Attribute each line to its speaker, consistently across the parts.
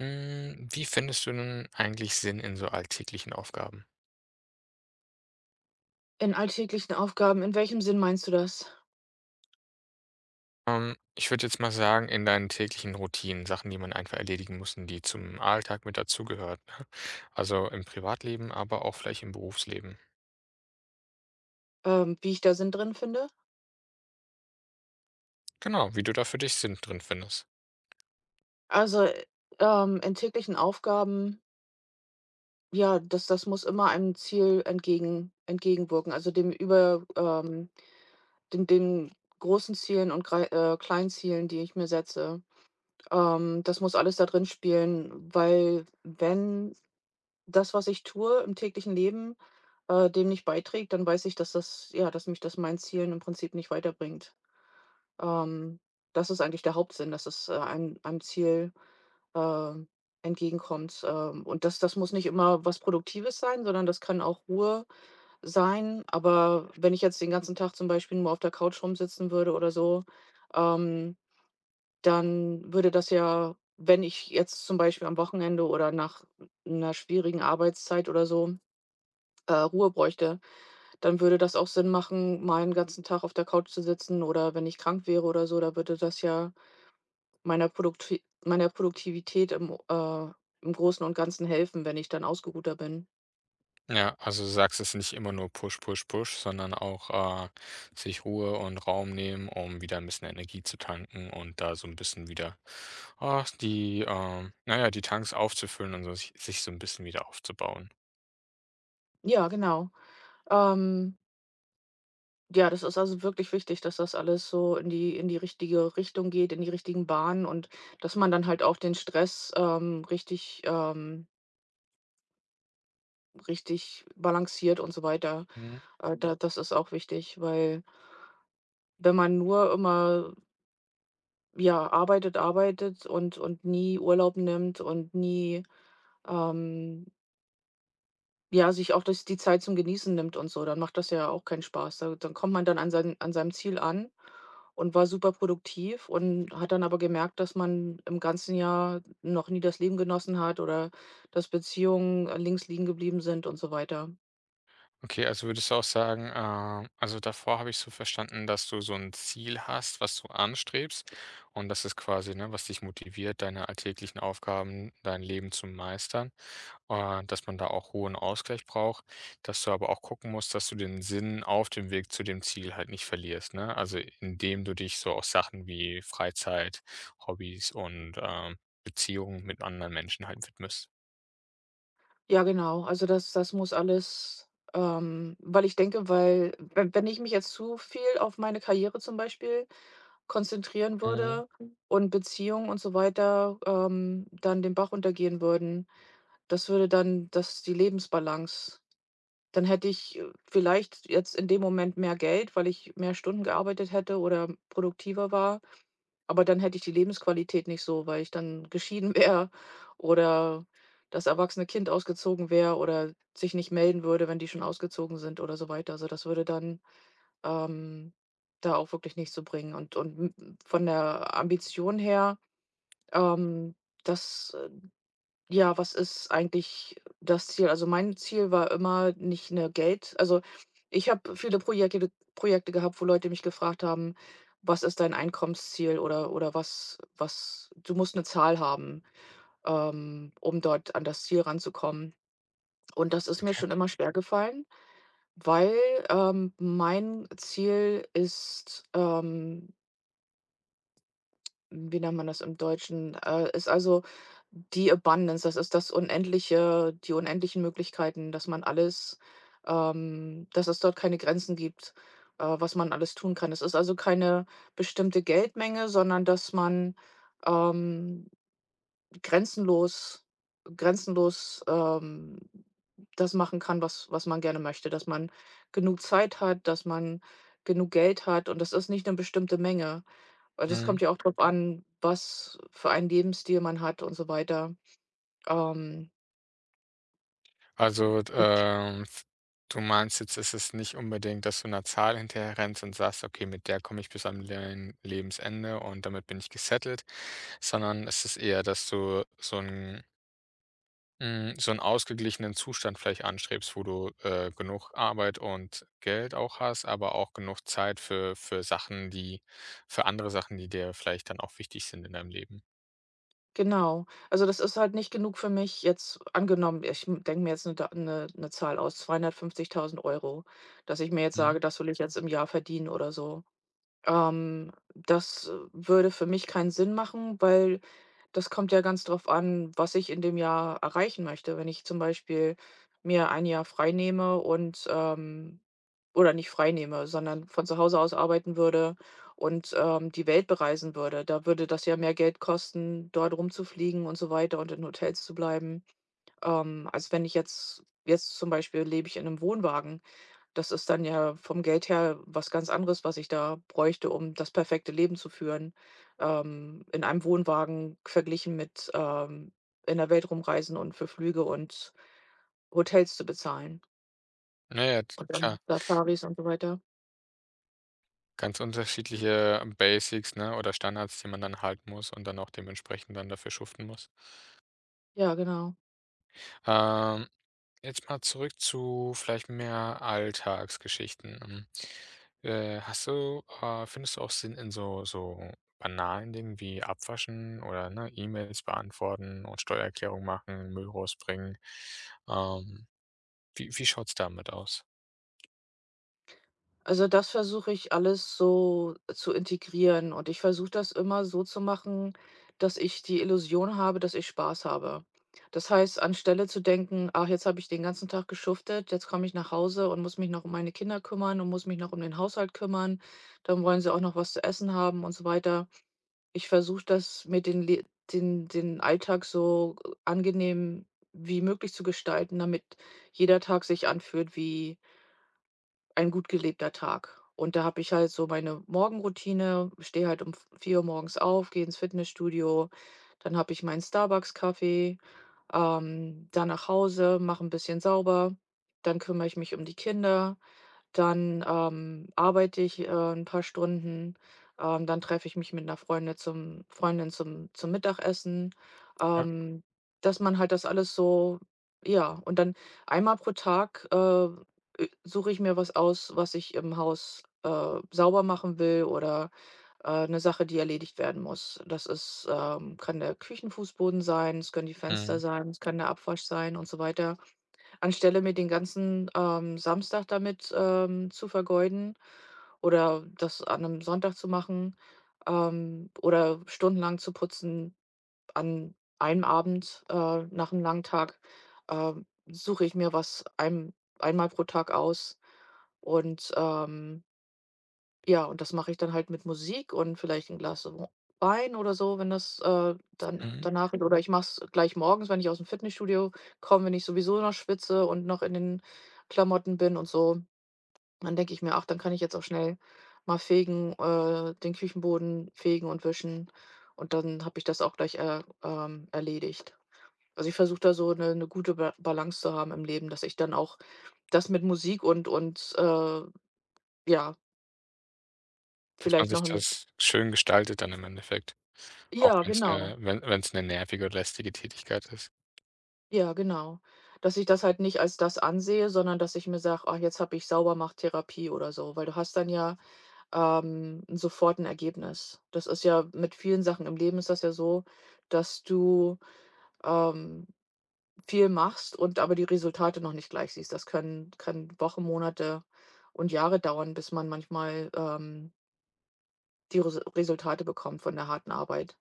Speaker 1: Hm, wie findest du denn eigentlich Sinn in so alltäglichen Aufgaben?
Speaker 2: In alltäglichen Aufgaben, in welchem Sinn meinst du das?
Speaker 1: Ich würde jetzt mal sagen, in deinen täglichen Routinen, Sachen, die man einfach erledigen muss und die zum Alltag mit dazugehört, ne? Also, im Privatleben, aber auch vielleicht im Berufsleben.
Speaker 2: Wie ich da Sinn drin finde?
Speaker 1: Genau, wie du da für dich Sinn drin findest.
Speaker 2: Also, in täglichen Aufgaben, ja, das muss immer einem Ziel entgegenwirken, also dem über den großen Zielen und grei kleinen Zielen, die ich mir setze. Das muss alles da drin spielen, weil, wenn das, was ich tue im täglichen Leben, dem nicht beiträgt, dann weiß ich, dass das, ja, dass mich das meinen Zielen im Prinzip nicht weiterbringt. Ähm, Das ist eigentlich der Hauptsinn, dass es, einem Ziel, ähm, entgegenkommt. Und das muss nicht immer was Produktives sein, sondern das kann auch Ruhe sein. Aber wenn ich jetzt den ganzen Tag zum Beispiel nur auf der Couch rumsitzen würde oder so, ähm, dann würde das ja, wenn ich jetzt zum Beispiel am Wochenende oder nach einer schwierigen Arbeitszeit oder so, Ruhe bräuchte, dann würde das auch Sinn machen, mal 'n ganzen Tag auf der Couch zu sitzen oder wenn ich krank wäre oder so, da würde das ja meiner Produktivität im im Großen und Ganzen helfen, wenn ich dann ausgeruhter bin.
Speaker 1: Ja, also, du sagst, es ist nicht immer nur Push, Push, Push, sondern auch, sich Ruhe und Raum nehmen, um wieder ein bisschen Energie zu tanken und da so ein bisschen wieder, ah, die, na ja, die Tanks aufzufüllen und so sich so ein bisschen wieder aufzubauen.
Speaker 2: Ja, genau. Ähm, ja, das ist also wirklich wichtig, dass das alles so in die richtige Richtung geht, in die richtigen Bahnen, und dass man dann halt auch den Stress, richtig, richtig balanciert und so weiter.
Speaker 1: Mhm.
Speaker 2: Da Das ist auch wichtig, weil, wenn man nur immer, ja, arbeitet, arbeitet und nie Urlaub nimmt und nie, ähm ja, sich auch das die Zeit zum Genießen nimmt und so, dann macht das ja auch keinen Spaß. Da Dann kommt man dann an seinem Ziel an und war super produktiv und hat dann aber gemerkt, dass man im ganzen Jahr noch nie das Leben genossen hat, oder dass Beziehungen, links liegen geblieben sind und so weiter.
Speaker 1: Okay, also würdest du auch sagen, also davor habe ich so verstanden, dass du so ein Ziel hast, was du anstrebst und das ist quasi, ne, was dich motiviert, deine alltäglichen Aufgaben, dein Leben zu meistern, dass man da auch hohen Ausgleich braucht, dass du aber auch gucken musst, dass du den Sinn auf dem Weg zu dem Ziel halt nicht verlierst, ne? Also, indem du dich so auf Sachen wie Freizeit, Hobbys und, Beziehungen mit anderen Menschen halt widmest.
Speaker 2: Ja, genau. Also, das muss alles, weil ich denke, weil, wenn ich mich jetzt zu viel auf meine Karriere zum Beispiel konzentrieren
Speaker 1: Mhm,
Speaker 2: würde und Beziehungen und so weiter, dann den Bach untergehen würden. Das würde dann, dass die Lebensbalance, dann hätte ich, vielleicht jetzt in dem Moment mehr Geld, weil ich mehr Stunden gearbeitet hätte oder produktiver war, aber dann hätte ich die Lebensqualität nicht so, weil ich dann geschieden wäre oder das erwachsene Kind ausgezogen wäre oder sich nicht melden würde, wenn die schon ausgezogen sind oder so weiter. Also, das würde dann, ähm, da auch wirklich nichts so bringen, und m von der Ambition her, ähm, das, ja, was ist eigentlich das Ziel? Also, mein Ziel war immer nicht 'ne Geld, also, ich habe viele Projekte gehabt, wo Leute mich gefragt haben: „Was ist dein Einkommensziel?" oder „Was du musst 'ne Zahl haben, um dort an das Ziel ranzukommen. Und das ist mir
Speaker 1: okay.
Speaker 2: schon immer schwergefallen, weil, mein Ziel ist, wie nennt man das im Deutschen? Ist also die Abundance, das ist das unendliche die unendlichen Möglichkeiten, dass man alles, dass es dort keine Grenzen gibt, was man alles tun kann. Es ist also keine bestimmte Geldmenge, sondern dass man, ähm, grenzenlos grenzenlos, das machen kann, was man gerne möchte, dass man genug Zeit hat, dass man genug Geld hat, und das ist nicht eine bestimmte Menge. Weil das
Speaker 1: Mhm.
Speaker 2: kommt ja auch drauf an, was für einen Lebensstil man hat und so weiter. Ähm,
Speaker 1: Also, du meinst jetzt, ist es ist nicht unbedingt, dass du 'ner Zahl hinterher rennst und sagst: „Okay, mit der komme ich bis am mein Lebensende und damit bin ich gesettelt“, sondern es ist eher, dass du so 'n hm, so 'n ausgeglichenen Zustand vielleicht anstrebst, wo du, genug Arbeit und Geld auch hast, aber auch genug Zeit für Sachen, die für andere Sachen, die dir vielleicht dann auch wichtig sind in deinem Leben.
Speaker 2: genau. Also, das ist halt nicht genug für mich, jetzt angenommen, ich denke mir jetzt eine da 'ne 'ne Zahl aus, 250.000 Euro, dass ich mir jetzt
Speaker 1: Mhm.
Speaker 2: sage: „Das will ich jetzt im Jahr verdienen" oder so. Das, würde für mich keinen Sinn machen, weil das kommt ja ganz drauf an, was ich in dem Jahr erreichen möchte. Wenn ich zum Beispiel mir ein Jahr frei nehme und, oder nicht freinehme, sondern von zu Hause aus arbeiten würde und, die Welt bereisen würde. Da würde das ja mehr Geld kosten, dort rumzufliegen und so weiter, und in Hotels zu bleiben, als wenn ich jetzt zum Beispiel, lebe ich in einem Wohnwagen. Das ist dann ja vom Geld her was ganz anderes, was ich da bräuchte, um das perfekte Leben zu führen, in einem Wohnwagen verglichen mit, in der Welt rumreisen und für Flüge und Hotels zu bezahlen
Speaker 1: Na ja, t
Speaker 2: und
Speaker 1: klar.
Speaker 2: dann Safaris und so weiter.
Speaker 1: Ganz unterschiedliche Basics, ne, oder Standards, die man dann halten muss und dann auch dementsprechend dann dafür schuften muss.
Speaker 2: Ja, genau.
Speaker 1: Ähm, jetzt mal zurück zu vielleicht mehr Alltagsgeschichten. Hast du findest du auch Sinn in so so banalen Dingen wie Abwaschen oder, ne, E-Mails beantworten und Steuererklärung machen, Müll rausbringen? Ähm, wie schaut's damit aus?
Speaker 2: Also, das versuche ich alles so zu integrieren, und ich versuche das immer so zu machen, dass ich die Illusion habe, dass ich Spaß habe. Das heißt, anstelle zu denken: „Ach, jetzt habe ich den ganzen Tag geschuftet, jetzt komme ich nach Hause und muss mich noch um meine Kinder kümmern und muss mich noch um den Haushalt kümmern, dann wollen sie auch noch was zu essen haben" und so weiter. Ich versuche das, mit den Le den Alltag so angenehm wie möglich zu gestalten, damit jeder Tag sich anfühlt wie ein gut gelebter Tag. Und da habe ich halt so meine Morgenroutine, stehe halt um 4 Uhr morgens auf, gehe ins Fitnessstudio, dann habe ich meinen Starbucks-Kaffee, dann nach Hause, mache ein bisschen sauber, dann kümmere ich mich um die Kinder. Dann, arbeite ich, 'n paar Stunden, dann treffe ich mich mit einer Freunde zum Freundin zum Mittagessen,
Speaker 1: Ja.
Speaker 2: ähm, dass man halt das alles so, ja, und dann einmal pro Tag, suche ich mir was aus, was ich im Haus, sauber machen will, oder, 'ne Sache, die erledigt werden muss. Das ist, kann der Küchenfußboden sein, es können die Fenster
Speaker 1: Mhm,
Speaker 2: sein, es kann der Abwasch sein und so weiter. Anstelle mir den ganzen, Samstag damit, zu vergeuden, oder das an einem Sonntag zu machen, oder stundenlang zu putzen an einem Abend, nach einem langen Tag, suche ich mir was ein einmal pro Tag aus, und, ja, und das mache ich dann halt mit Musik und vielleicht ein Glas Wo Wein oder so, wenn das, dann
Speaker 1: mhm.
Speaker 2: danach, oder ich mache es gleich morgens, wenn ich aus dem Fitnessstudio komme, wenn ich sowieso noch schwitze und noch in den Klamotten bin und so. Dann denke ich mir: „Ach, dann kann ich jetzt auch schnell mal fegen, den Küchenboden fegen und wischen." Und dann habe ich das auch gleich, erledigt. Also, ich versuche da so eine gute Ba Balance zu haben im Leben, dass ich dann auch das mit Musik und, ja,
Speaker 1: Dass man
Speaker 2: vielleicht
Speaker 1: sich
Speaker 2: noch ein,
Speaker 1: das schön gestaltet dann im Endeffekt. Auch
Speaker 2: ja,
Speaker 1: wenn's
Speaker 2: genau.
Speaker 1: 'ne wenn wenn's 'ne nervige und lästige Tätigkeit ist.
Speaker 2: Ja, genau. Dass ich das halt nicht als das ansehe, sondern dass ich mir sage: „Ach, jetzt habe ich Saubermachtherapie" oder so, weil du hast dann, ja, sofort ein Ergebnis. Das ist, ja, mit vielen Sachen im Leben ist das ja so, dass du, ähm, viel machst und aber die Resultate noch nicht gleich siehst. Das können kann Wochen, Monate und Jahre dauern, bis man manchmal, die Resultate bekommt von der harten Arbeit.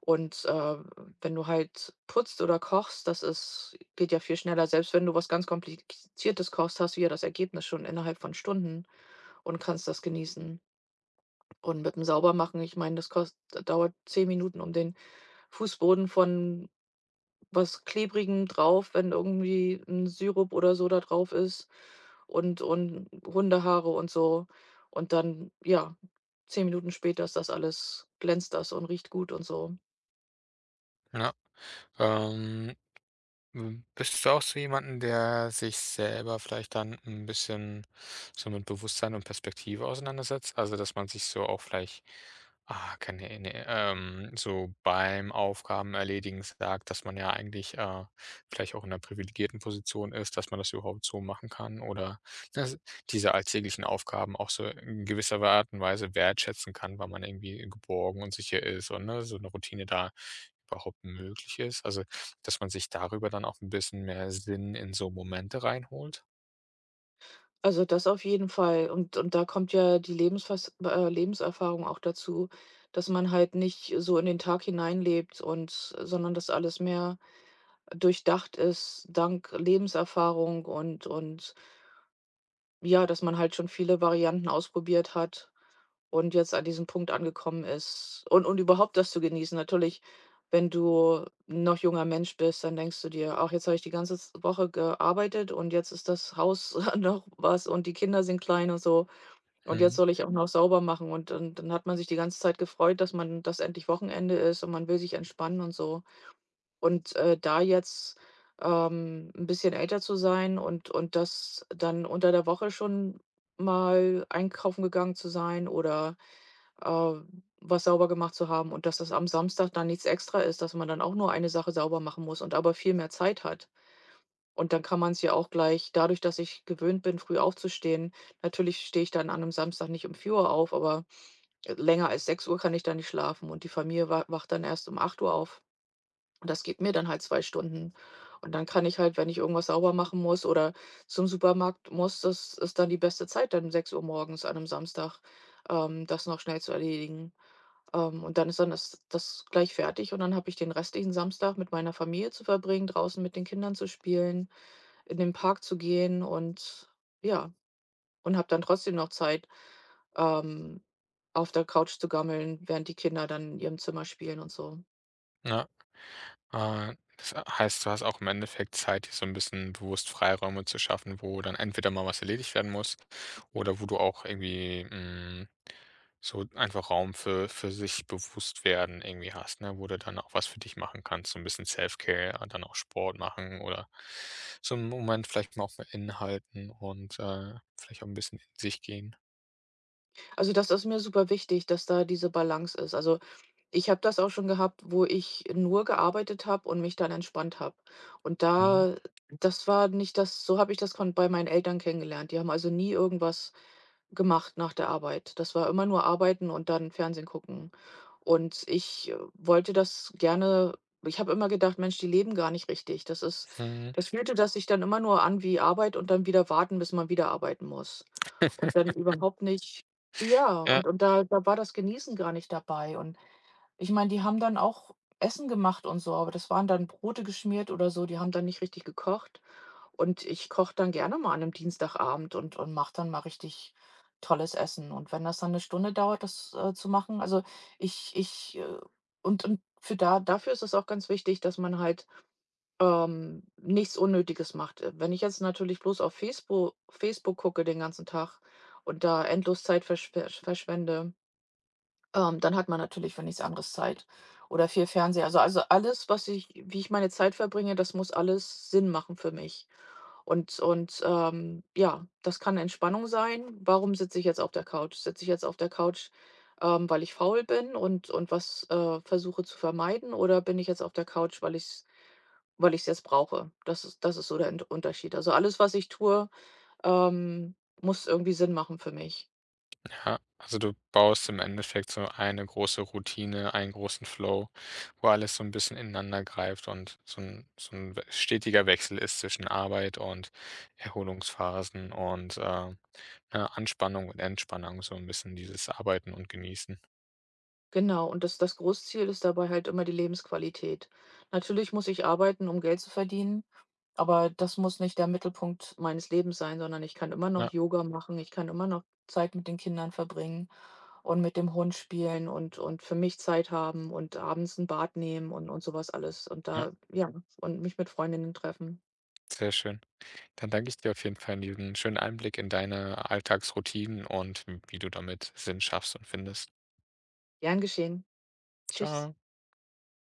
Speaker 2: Und, wenn du halt putzt oder kochst, das ist geht ja viel schneller. Selbst wenn du was ganz Kompliziertes kochst, hast du ja das Ergebnis schon innerhalb von Stunden, und kannst das genießen. Und mit dem Saubermachen, ich meine, das kost dauert 10 Minuten, um den Fußboden von was Klebrigem drauf, wenn irgendwie ein Sirup oder so da drauf ist, und Hundehaare und so. Und dann, ja, 10 Minuten später ist das alles, glänzt das und riecht gut und so.
Speaker 1: Ja. Ähm, bist du auch so jemanden, der sich selber vielleicht dann ein bisschen so mit Bewusstsein und Perspektive auseinandersetzt? Also, dass man sich so auch vielleicht, ah, keine Ahnung so beim Aufgabenerledigen sagt, dass man ja eigentlich, vielleicht auch in einer privilegierten Position ist, dass man das überhaupt so machen kann oder dass diese alltäglichen Aufgaben auch so in gewisser Art und Weise wertschätzen kann, weil man irgendwie geborgen und sicher ist und, ne, so eine Routine da überhaupt möglich ist. Also, dass man sich darüber dann auch ein bisschen mehr Sinn in so Momente reinholt.
Speaker 2: Also, das auf jeden Fall. Und da kommt ja die Lebensfas Lebenserfahrung auch dazu, dass man halt nicht so in den Tag hineinlebt, und sondern dass alles mehr durchdacht ist dank Lebenserfahrung, und ja, dass man halt schon viele Varianten ausprobiert hat und jetzt an diesem Punkt angekommen ist, und überhaupt das zu genießen. Natürlich, wenn du noch junger Mensch bist, dann denkst du dir: „Ach, jetzt habe ich die ganze Woche gearbeitet und jetzt ist das Haus noch was und die Kinder sind klein und so, und jetzt
Speaker 1: Mhm,
Speaker 2: soll ich auch noch sauber machen", und dann hat man sich die ganze Zeit gefreut, dass man das endlich Wochenende ist und man will sich entspannen und so. Und, da jetzt, 'n bisschen älter zu sein, und das dann unter der Woche schon mal einkaufen gegangen zu sein oder, äh, was sauber gemacht zu haben, und dass das am Samstag dann nichts extra ist, dass man dann auch nur eine Sache sauber machen muss und aber viel mehr Zeit hat. Und dann kann man es ja auch gleich dadurch, dass ich gewöhnt bin, früh aufzustehen. Natürlich stehe ich dann an einem Samstag nicht um 4 Uhr auf, aber, länger als 6 Uhr kann ich dann nicht schlafen, und die Familie wa wacht dann erst um 8 Uhr auf. Und das gibt mir dann halt 2 Stunden. Und dann kann ich halt, wenn ich irgendwas sauber machen muss oder zum Supermarkt muss, das ist dann die beste Zeit, dann um 6 Uhr morgens an einem Samstag, das noch schnell zu erledigen. Und dann ist dann das gleich fertig, und dann habe ich den restlichen Samstag mit meiner Familie zu verbringen, draußen mit den Kindern zu spielen, in den Park zu gehen und, ja, und habe dann trotzdem noch Zeit, ähm, auf der Couch zu gammeln, während die Kinder dann in ihrem Zimmer spielen und so.
Speaker 1: ja. Das heißt, du hast auch im Endeffekt Zeit, dir so ein bisschen bewusst Freiräume zu schaffen, wo dann entweder mal was erledigt werden muss oder wo du auch irgendwie, hm, so einfach Raum für sich bewusst werden irgendwie hast, ne, wo du dann auch was für dich machen kannst, so ein bisschen Self-Care, dann auch Sport machen oder so einen Moment vielleicht mal auch mal innehalten und, vielleicht auch ein bisschen in sich gehen.
Speaker 2: Also, das ist mir super wichtig, dass da diese Balance ist. Also, ich habe das auch schon gehabt, wo ich nur gearbeitet habe und mich dann entspannt habe. Und
Speaker 1: Mhm,
Speaker 2: da, das war nicht das so habe ich das, kon bei meinen Eltern kennengelernt. Die haben also nie irgendwas gemacht nach der Arbeit. Das war immer nur arbeiten und dann Fernsehen gucken. Und ich, wollte das gerne, ich habe immer gedacht: „Mensch, die leben gar nicht richtig."
Speaker 1: mhm.
Speaker 2: Das fühlte das sich dann immer nur an wie Arbeit und dann wieder warten, bis man wieder arbeiten muss. Und dann überhaupt nicht, ja,
Speaker 1: Ja,
Speaker 2: und da war das Genießen gar nicht dabei, und ich meine, die haben dann auch Essen gemacht und so, aber das waren dann Brote geschmiert oder so, die haben dann nicht richtig gekocht. Und ich koche dann gerne mal an 'nem Dienstagabend, und mache dann mal richtig tolles Essen. Und wenn das dann 'ne Stunde dauert, das, zu machen, also, ich ich, äh für da dafür ist es auch ganz wichtig, dass man halt, nichts Unnötiges macht. Wenn ich jetzt natürlich bloß auf Facebook gucke den ganzen Tag und da endlos Zeit verschwende, dann hat man natürlich für nichts anderes Zeit, oder viel Fernseher. Also alles, was ich wie ich meine Zeit verbringe, das muss alles Sinn machen für mich. Ja, das kann Entspannung sein. Warum sitze ich jetzt auf der Couch? Sitze ich jetzt auf der Couch, weil ich faul bin, und was, versuche zu vermeiden, oder bin ich jetzt auf der Couch, weil ich's, weil ich's jetzt brauche? Das ist so der Ent Unterschied. Also alles, was ich tue, ähm, muss irgendwie Sinn machen für mich.
Speaker 1: ja, also du baust im Endeffekt so eine große Routine, einen großen Flow, wo alles so ein bisschen ineinander greift und so ein so 'n we stetiger Wechsel ist zwischen Arbeit und Erholungsphasen und, ne, Anspannung und Entspannung, so ein bisschen dieses Arbeiten und Genießen.
Speaker 2: Genau, und das Großziel ist dabei halt immer die Lebensqualität. Natürlich muss ich arbeiten, um Geld zu verdienen, aber das muss nicht der Mittelpunkt meines Lebens sein, sondern ich kann immer noch
Speaker 1: Ja,
Speaker 2: Yoga machen, ich kann immer noch Zeit mit den Kindern verbringen und mit dem Hund spielen, und für mich Zeit haben und abends ein Bad nehmen, und sowas alles und
Speaker 1: ja,
Speaker 2: da, ja, und mich mit Freundinnen treffen.
Speaker 1: sehr schön. Dann danke ich dir auf jeden Fall in diesen schönen Einblick in deine Alltagsroutinen und wie du damit Sinn schaffst und findest.
Speaker 2: Gern geschehen. Tschüss.
Speaker 1: Ciao.